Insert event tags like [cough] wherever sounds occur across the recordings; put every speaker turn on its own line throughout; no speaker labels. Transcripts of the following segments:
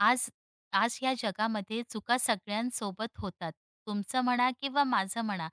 आज आज या जगामध्ये चुका सगळ्यांसोबत होतात. तुमचं म्हणा किंवा माझं म्हणा.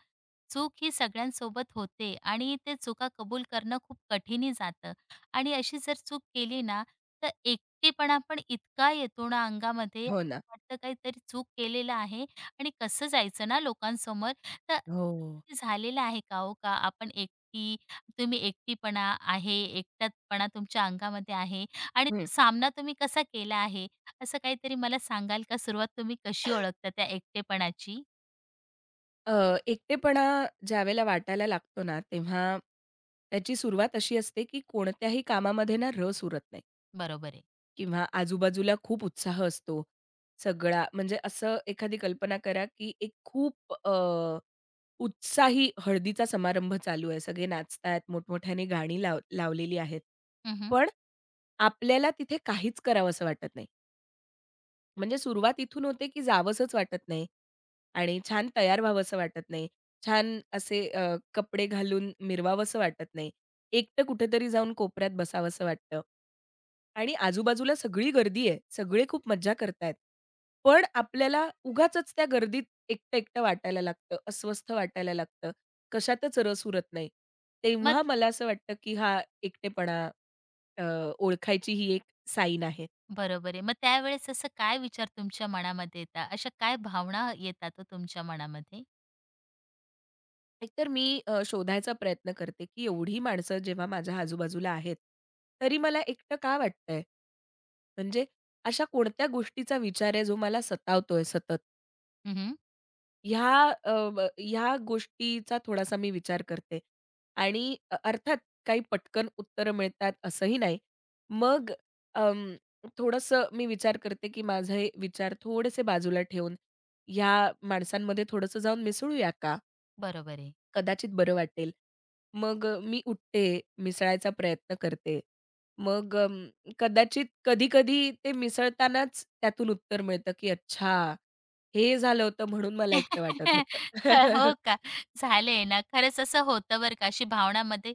चूक ही सगळ्यांसोबत होते आणि ते चुका कबूल करणं खूप कठीणही जातं आणि अशी जर चूक केली ना, तर एकटेपणा पण इतका येतो ना अंगामध्ये,
हो ना.
वाटतं काहीतरी चूक केलेलं आहे आणि कसं जायचं ना लोकांसमोर. तर
हो.
कधी झालेलं आहे का हो का आपण एकटी तुम्ही एकटीपणा आहे, एकटतपणा तुमच्या अंगामध्ये आहे आणि
हं.
सामना तुम्ही कसा केला आहे? असं काहीतरी मला सांगाल का सुरुवात तुम्ही कशी ओळखता त्या एकटेपणाची?
अ, एकटेपणा ज्यावेळेला वाटायला लागतो ना, तेव्हा त्याची सुरुवात अशी असते, की कोणत्याही कामामध्ये ना रस उरत नाही
बरोबर आहे.
किंवा आजूबाजूला खूप उत्साह असतो. सगळा म्हणजे असं एखादी कल्पना करा, की एक खूप उत्साही हळदीचा समारंभ चालू आहे. सगळे नाचतायत, मोठमोठ्याने गाणी लावलेली आहेत.
हं.
पण आपल्याला तिथे काहीच करावंसं वाटत नाही. म्हणजे सुरुवात इथून होते, की जावसंच वाटत नाही आणि छान तयार व्हावसं वाटत नाही. छान असे कपडे घालून मिरवावसं वाटत नाही. एकटं कुठेतरी जाऊन कोपऱ्यात बसावसं वाटतं. आणि आजूबाजूला सगळी गर्दी आहे. सगळे खूप मज्जा करतायत. पण आपल्याला उगाचच त्या गर्दीत एकटं-एकटं वाटायला लागतं, अस्वस्थ वाटायला लागतं. कशातच रस उरत नाही.
मग
तेव्हा मला असं वाटतं, की हा एकटेपणा अ, ओळखायची ही एक साईन आहे.
बरोबर आहे. मग त्यावेळेस असं काय विचार तुमच्या मनामध्ये येतात? अशा काय भावना येतात हो तुमच्या मनामध्ये?
एकतर मी शोधायचा प्रयत्न करते, की एवढी माणसं जेव्हा माझ्या आजूबाजूला आहेत, तरी मला एकटं का वाटतंय? म्हणजे अशा कोणत्या गोष्टीचा विचार आहे, जो मला सतावतोय सतत?
हं.
ह्या अ, ब ह्या गोष्टीचा थोडासा मी विचार करते आणि अर्थात काही पटकन उत्तरं मिळतात असंही नाही. मग अं, थोडंसं मी विचार करते, की माझे विचार थोडेसे बाजूला ठेवून, ह्या माणसांमध्ये थोडंसं जाऊन मिसळूया का?
बरोबर आहे.
कदाचित बरं वाटेल. मग मी उठते, मिसळायचा प्रयत्न करते. मग कदाचित कधी-कधी ते मिसळतानाच त्यातून उत्तर मिळतं, की अच्छा, हे झालं होतं म्हणून मला एकटं वाटत
[laughs]
होतं.
हो
[laughs]
का? झालंय ना. खरंच असं होतं बरं का. अशी भावना मध्ये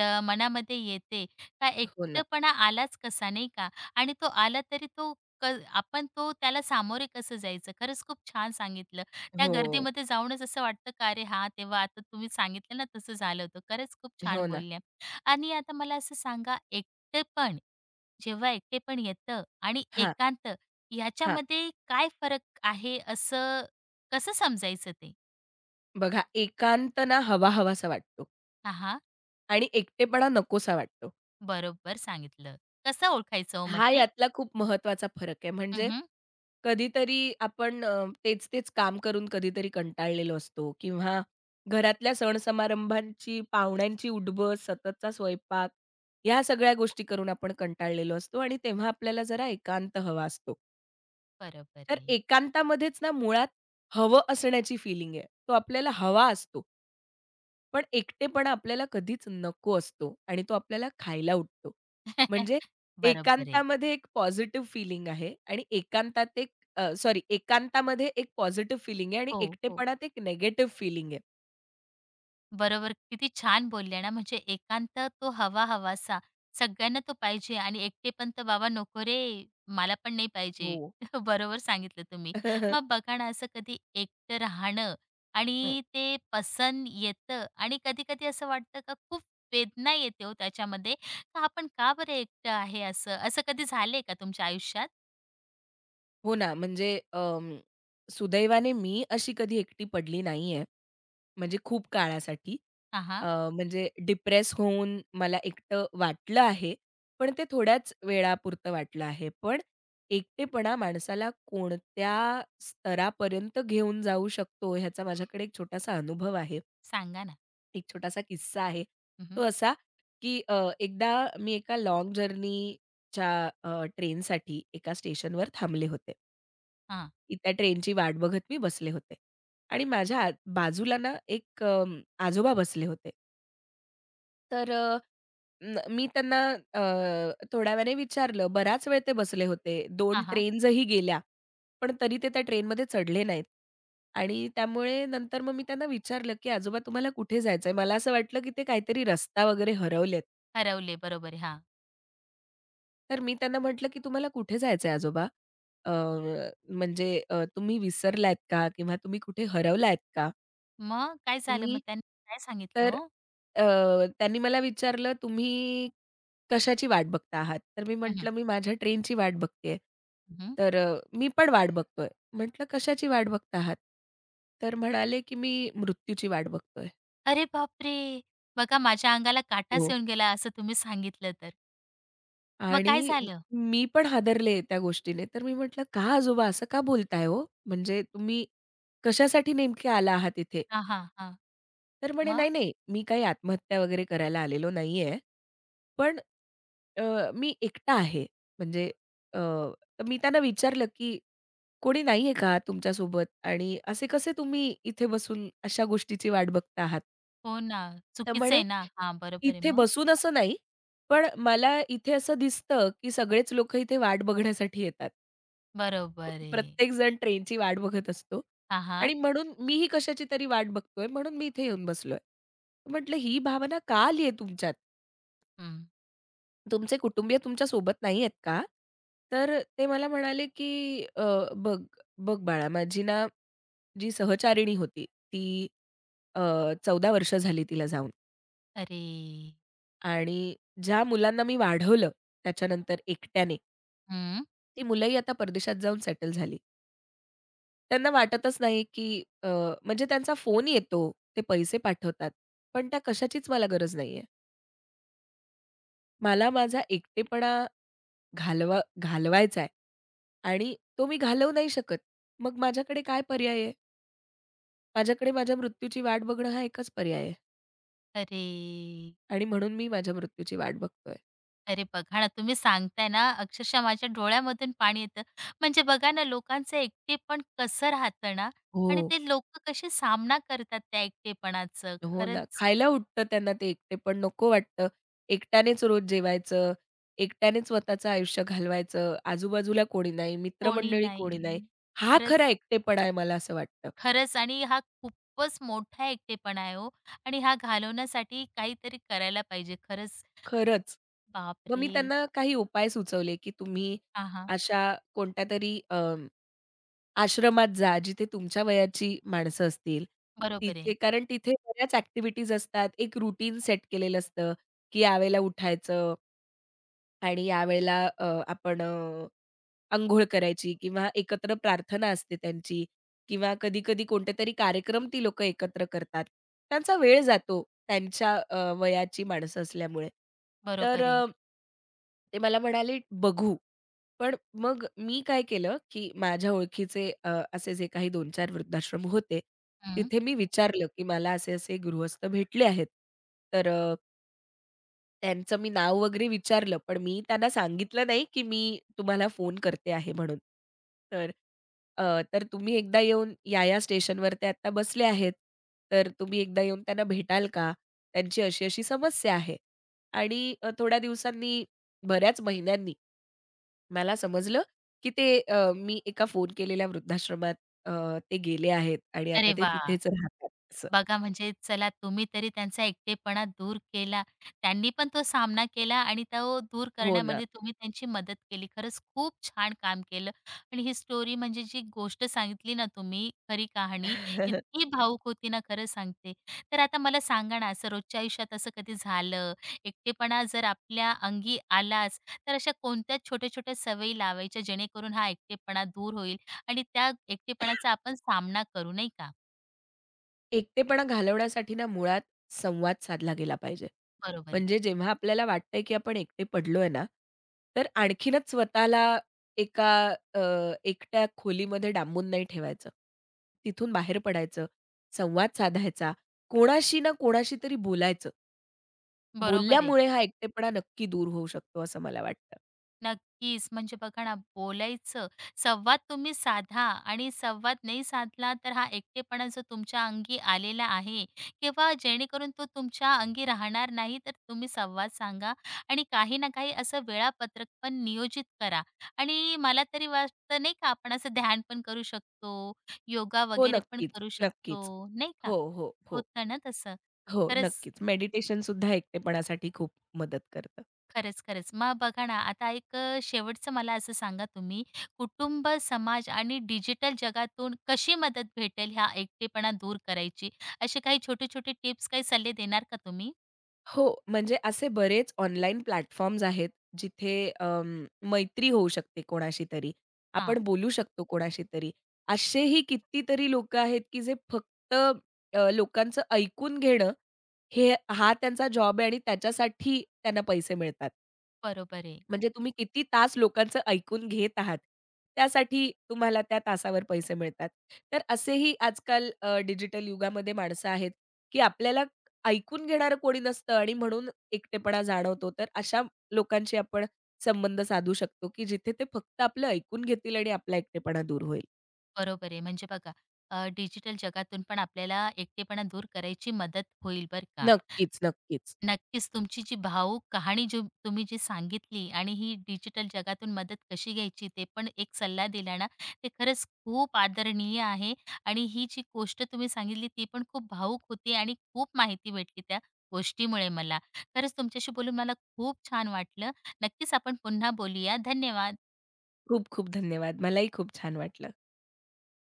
मनामध्ये येते. का
हो ना.
एकटेपणा आलाच कसा नाही का? आणि तो आला तरी तो क आपण तो त्याला सामोरे कसं जायचं? खरंच खूप छान सांगितलं. त्या
हो,
गर्दीमध्ये जाऊनच असं वाटतं का अरे हा तेव्हा आता तुम्ही सांगितलं ना तसं झालं होतं. खरंच खूप
हो
छान
ना.
बोलल्या. आणि आता मला असं सांगा एकटेपण, जेव्हा एकटेपण येतं आणि
हां,
एकांत
हां.
याच्यामध्ये काय फरक आहे असं कसं समजायचं ते?
बघा एकांत ना हवा-हवासा वाटतो
हां, हां.
आणि एकटेपणा नकोसा वाटतो.
बरोबर सांगितलं. कसं ओळखायचं हो मग
हा
ते?
यातला खूप महत्वाचा फरक आहे.
हं,
म्हणजे
हं.
कधीतरी आपण तेच-तेच काम करून कधीतरी कंटाळलेलो असतो किंवा घरातल्या सण-समारंभांची, पाहुण्यांची उठबस, सततचा स्वयंपाक, ह्या सगळ्या गोष्टी करून आपण कंटाळलेलो असतो आणि तेव्हा आपल्याला जरा एकांत हवा असतो.
बरोबर
तर
आहे.
एकांतामध्येच ना मुळात हवं असण्याची फीलिंग आहे. तो आपल्याला हवा असतो. पण एकटेपणा आपल्याला कधीच नको असतो आणि तो आपल्याला खायला उठतो. म्हणजे
[laughs] बरोबर आहे.
एकांतामध्ये एक पॉझिटिव्ह फीलिंग आहे आणि एकांतात एक सॉरी एकांतामध्ये एक पॉझिटिव्ह फीलिंग आहे आणि
हो, हो.
एकटेपणात एक निगेटिव्ह फीलिंग आहे.
बरोबर. किती छान बोलल्या ना, म्हणजे एकांत तो हवा हवासा. सगळ्यांना तो पाहिजे आणि एकटेपण तर बाबा नको रे, मला पण नाही
हो.
पाहिजे. [laughs] बरोबर सांगितलं तुम्ही. मग
[laughs]
बघा ना, असं कधी एकटं राहणं आणि ते पसंत येतं आणि कधी-कधी असं वाटतं का खूप वेदना येते हो त्याच्यामध्ये, का आपण का बरं एकटं आहे असं? असं कधी झालंय का तुमच्या आयुष्यात?
हो ना, म्हणजे सुदैवाने मी अशी कधी एकटी पडली नाहीये. म्हणजे खूप काळासाठी.
हां,
अ,
हां.
म्हणजे डिप्रेस होऊन मला एकटं वाटलं आहे, पण ते थोड्याच वेळापुरतं वाटलं आहे. पण एकटेपणा माणसाला कोणत्या स्तरापर्यंत घेऊन जाऊ शकतो, ह्याचा माझ्याकडे एक छोटासा अनुभव आहे.
सांगा ना.
एक छोटासा किस्सा आहे.
हं,
तो
हं.
असा, की एकदा मी एका लाँग जर्नीच्या ट्रेनसाठी एका स्टेशनवर थांबले होते.
हां.
की त्या ट्रेनची वाट बघत मी बसले होते आणि माझ्या बाजूला ना एक आजोबा बसले होते. तर मी त्यांना अ, थोड्या वेळाने विचारलं. बराच वेळ ते बसले होते. 2
हां,
ट्रेन्सही गेल्या. पण तरी ते त्या ट्रेनमध्ये चढले नाहीत. आणि त्यामुळे नंतर मग मी त्यांना विचारलं, की "आजोबा तुम्हाला कुठे जायचंय?" मला असं वाटलं, की ते काहीतरी रस्ता वगैरे हरवलेत.
हरवले. बरोबर आहे. हां.
तर मी त्यांना म्हटलं, की "तुम्हाला कुठे जायचंय आजोबा? अ, म्हणजे तुम्ही विसरलायत का? किंवा तुम्ही कुठे हरवलायत का?
मग काय झालं मग
तुम्ही"
त्यांनी काय सांगितलं
तर
हो?
अ, त्यांनी मला विचारलं, "तुम्ही कशाची वाट बघता आहात? तर मी म्हटलं, "मी माझ्या ट्रेनची वाट बघतेय."
हं.
तर "मी पण वाट बघतोय." म्हटलं, "कशाची वाट बघता आहात?" तर म्हणाले, की "मी मृत्यूची वाट बघतोय."
अरे बापरे! बघा माझ्या अंगाला काटाच
हो.
येऊन गेला असं तुम्ही सांगितलं तर. मग काय
आणि
झालं?
मी पण हादरले त्या गोष्टीने. तर मी म्हटलं, "का आजोबा असं का बोलताय हो? म्हणजे तुम्ही कशासाठी नेमके आला आहात इथे?"
हां, हां, हां.
तर म्हणे, "नाही,
मग?
नाही, मी काही आत्महत्या वगैरे करायला आलेलो नाहीये. पण अ, मी एकटा आहे." म्हणजे अ, तर मी त्यांना विचारलं, की कोणी नाहीये का तुमच्यासोबत? आणि असे कसे तुम्ही इथे बसून अशा गोष्टीची वाट बघता आहात?
हो ना,
तर
चुकीचं
म्हणे,
आहे ना. हां, बरोबर आहे
"इथे
मग?
बसून असं नाही, पण मला इथे असं दिसतं, की सगळेच लोकं इथे वाट बघण्यासाठी येतात."
बरोबर आहे.
प्रत्येकजण ट्रेनची वाट बघत असतो
हां, हां.
आणि म्हणून मीही कशाची तरी वाट बघतोय, म्हणून मी इथे येऊन बसलोय. म्हटलं ही भावना का आली आहे तुमच्यात?
हं.
तुमचे कुटुंबीय तुमच्या सोबत नाहीयेत का? तर ते मला म्हणाले, की बघ, बघ बाळा माझी ना" जी सहचारिणी होती, ती अ, 14 वर्ष झाली तिला जाऊन
अरे!
आणि ज्या मुलांना मी वाढवलं त्याच्यानंतर एकट्याने,
हं.
ती मुलंही आता परदेशात जाऊन सेटल झाली. त्यांना वाटतच नाही, की म्हणजे त्यांचा फोन येतो, ते पैसे पाठवतात, पण त्या कशाचीच मला गरज नाहीये. मला माझा एकटेपणा घालवायचा आहे आणि तो मी घालवू नाही शकत. मग माझ्याकडे काय पर्याय आहे? माझ्याकडे माझ्या मृत्यूची वाट बघणं हा एकच पर्याय आहे
अरे!
आणि म्हणून मी माझ्या मृत्यूची वाट बघतोय.
अरे बघा ना, तुम्ही सांगताय ना, अक्षरशः माझ्या डोळ्यामधून पाणी येतं. म्हणजे बघा ना, लोकांचं एकटेपण कसं राहतं ना आणि
हो.
ते लोकं कसे सामना करतात त्या एकटेपणाचं.
हो ना.
खरंच
खायला उठतं त्यांना ते एकटे पण नको वाटतं. एकट्यानेच रोज जेवायचं, एकट्यानेच स्वतःचं आयुष्य घालवायचं, आजूबाजूला कोणी नाही,
कोणी
मित्रमंडळी कोणी
नाही.
नाही. हा
खरंच.
खरा एकटेपणा आहे मला असं वाटतं,
आणि हा खूपच मोठा एकटेपणा आहे हो आणि हा घालवण्यासाठी काहीतरी करायला पाहिजे खरंच.
खरंच. मग मी
बापरे!
त्यांना काही उपाय सुचवले, की तुम्ही
हां, हां.
अशा कोणत्यातरी आश्रमात जा, जिथे तुमच्या वयाची माणसं असतील.
बरोबर
तिथे
आहे,
कारण तिथे बऱ्याच ॲक्टिव्हिटीज असतात. एक रुटीन सेट केलेलं असतं, की यावेळेला उठायचं आणि यावेळेला आपण अंघोळ करायची किंवा एकत्र प्रार्थना असते त्यांची किंवा कधी-कधी तरी कार्यक्रम ती लोकं एकत्र करतात. त्यांचा वेळ जातो त्यांच्या वयाची माणसं असल्यामुळे. तर
बरोबर आहे.
ते मला म्हणाले, "बघू." पण मग मी काय केलं, की माझ्या ओळखीचे असे जे काही 2-4 वृद्धाश्रम होते,
हं.
तिथे मी विचारलं, की मला असे-असे गृहस्थ भेटले आहेत. तर त्यांचं मी नाव वगैरे विचारलं, पण मी त्यांना सांगितलं नाही, की मी तुम्हाला फोन करते आहे म्हणून. तर अ, तर तुम्ही एकदा येऊन या-या स्टेशनवर ते आत्ता बसले आहेत, तर तुम्ही एकदा येऊन त्यांना भेटाल का? त्यांची अशी-अशी समस्या आहे. आणि थोड्या दिवसांनी, बऱ्याच महिन्यांनी मला समजलं, की ते मी एका फोन केलेल्या वृद्धाश्रमात अ, ते गेले आहेत आणि आता
अरे
ते
वाह!
तिथेच राहतात असं.
बघा म्हणजे चला तुम्ही तरी त्यांचा एकटेपणा दूर केला. त्यांनी पण तो सामना केला आणि तो दूर
हो ना.
करण्यामध्ये तुम्ही त्यांची मदत केली. खरंच खूप छान काम केलं आणि ही स्टोरी म्हणजे जी गोष्ट सांगितली ना तुम्ही खरी कहाणी
[laughs]
इतकी भावूक होती ना खरं सांगते. तर आता मला सांगा ना असं रोजच्या आयुष्यात असं कधी झालं, एकटेपणा जर आपल्या अंगी आलाच तर अशा कोणत्या छोट्या-छोट्या सवयी लावायच्या जेणेकरून हा एकटेपणा दूर होईल आणि त्या एकटेपणाचा आपण सामना करू नाही का?
एकटेपणा घालवण्यासाठी ना मुळात संवाद साधला गेला पाहिजे.
बरोबर आहे.
म्हणजे जेव्हा आपल्याला वाटतंय, की आपण एकटे पडलोय ना, तर आणखीनच स्वतःला एका अ, एकट्या खोलीमध्ये डांबून नाही ठेवायचं. तिथून बाहेर पडायचं, संवाद साधायचा, कोणाशी ना कोणाशी तरी बोलायचं.
बरोबर आहे.
बोलल्यामुळे हा एकटेपणा नक्की दूर होऊ शकतो असं मला वाटतं.
नक्कीच. म्हणजे बघा ना, बोलायचं. संवाद तुम्ही साधा आणि संवाद नाही साधला, तर हा एकटेपणा जो तुमच्या अंगी आलेला आहे किंवा जेणेकरून तो तुमच्या अंगी राहणार नाही, तर तुम्ही संवाद सांगा आणि काही ना काही असं वेळापत्रक पण नियोजित करा. आणि मला तरी वाटतं नाही का, आपण असं ध्यान पण करू शकतो, योगा
हो,
वगैरे पण
नक्कीच,
करू
नक्कीच.
शकतो, नाही का?
हो, हो, हो.
होतं ना तसं.
हो,
खरंच.
नक्कीच. मेडिटेशनसुद्धा एकटेपणासाठी खूप मदत करतं.
खरंच. मग बघा ना, आता एक शेवटचं मला असं सांगा तुम्ही, कुटुंब, समाज आणि डिजिटल जगातून कशी मदत भेटेल ह्या एकटेपणा दूर करायची? असे काही छोटे-छोटे टिप्स, काही सल्ले देणार का तुम्ही?
हो, म्हणजे असे बरेच ऑनलाईन प्लॅटफॉर्म्स आहेत, जिथे मैत्री होऊ शकते कोणाशी तरी.
हां,
आपण बोलू शकतो कोणाशी तरी. असेही कितीतरी लोकं आहेत, की जे फक्त लोकांचं ऐकून घेणं, हा त्यांचा जॉब आहे आणि त्याच्यासाठी त्यांना पैसे मिळतात.
बरोबर आहे,
म्हणजे तुम्ही किती तास लोकांचं ऐकून घेत आहात. त्यासाठी तुम्हाला त्या तासावर पैसे मिळतात. तर असेही आजकाल डिजिटल युगामध्ये माणसं आहेत, की आपल्याला ऐकून घेणारं कोणी नसतं आणि म्हणून एकटेपणा जाणवतो. तर अशा लोकांशी आपण संबंध साधू शकतो, की जिथे ते फक्त आपलं ऐकून घेतील आणि आपला एकटेपणा दूर होईल.
बरोबर आहे. म्हणजे बघा, डिजिटल जगातून पण आपल्याला एकटेपणा दूर करायची मदत होईल बरं का.
नक्कीच, नक्कीच.
नक्कीच, तुमची जी भावूक कहाणी जो तुम्ही जी सांगितली आणि ही डिजिटल जगातून मदत कशी घ्यायची ते पण एक सल्ला दिला ना, ते खरंच खूप आदरणीय आहे आणि ही जी गोष्ट तुम्ही सांगितली ती पण खूप भावूक होती आणि खूप माहिती भेटली त्या गोष्टीमुळे मला. खरंच तुमच्याशी बोलून मला खूप छान वाटलं. नक्कीच आपण पुन्हा बोलूया. धन्यवाद.
खूप खूप धन्यवाद. मलाही खूप छान वाटलं.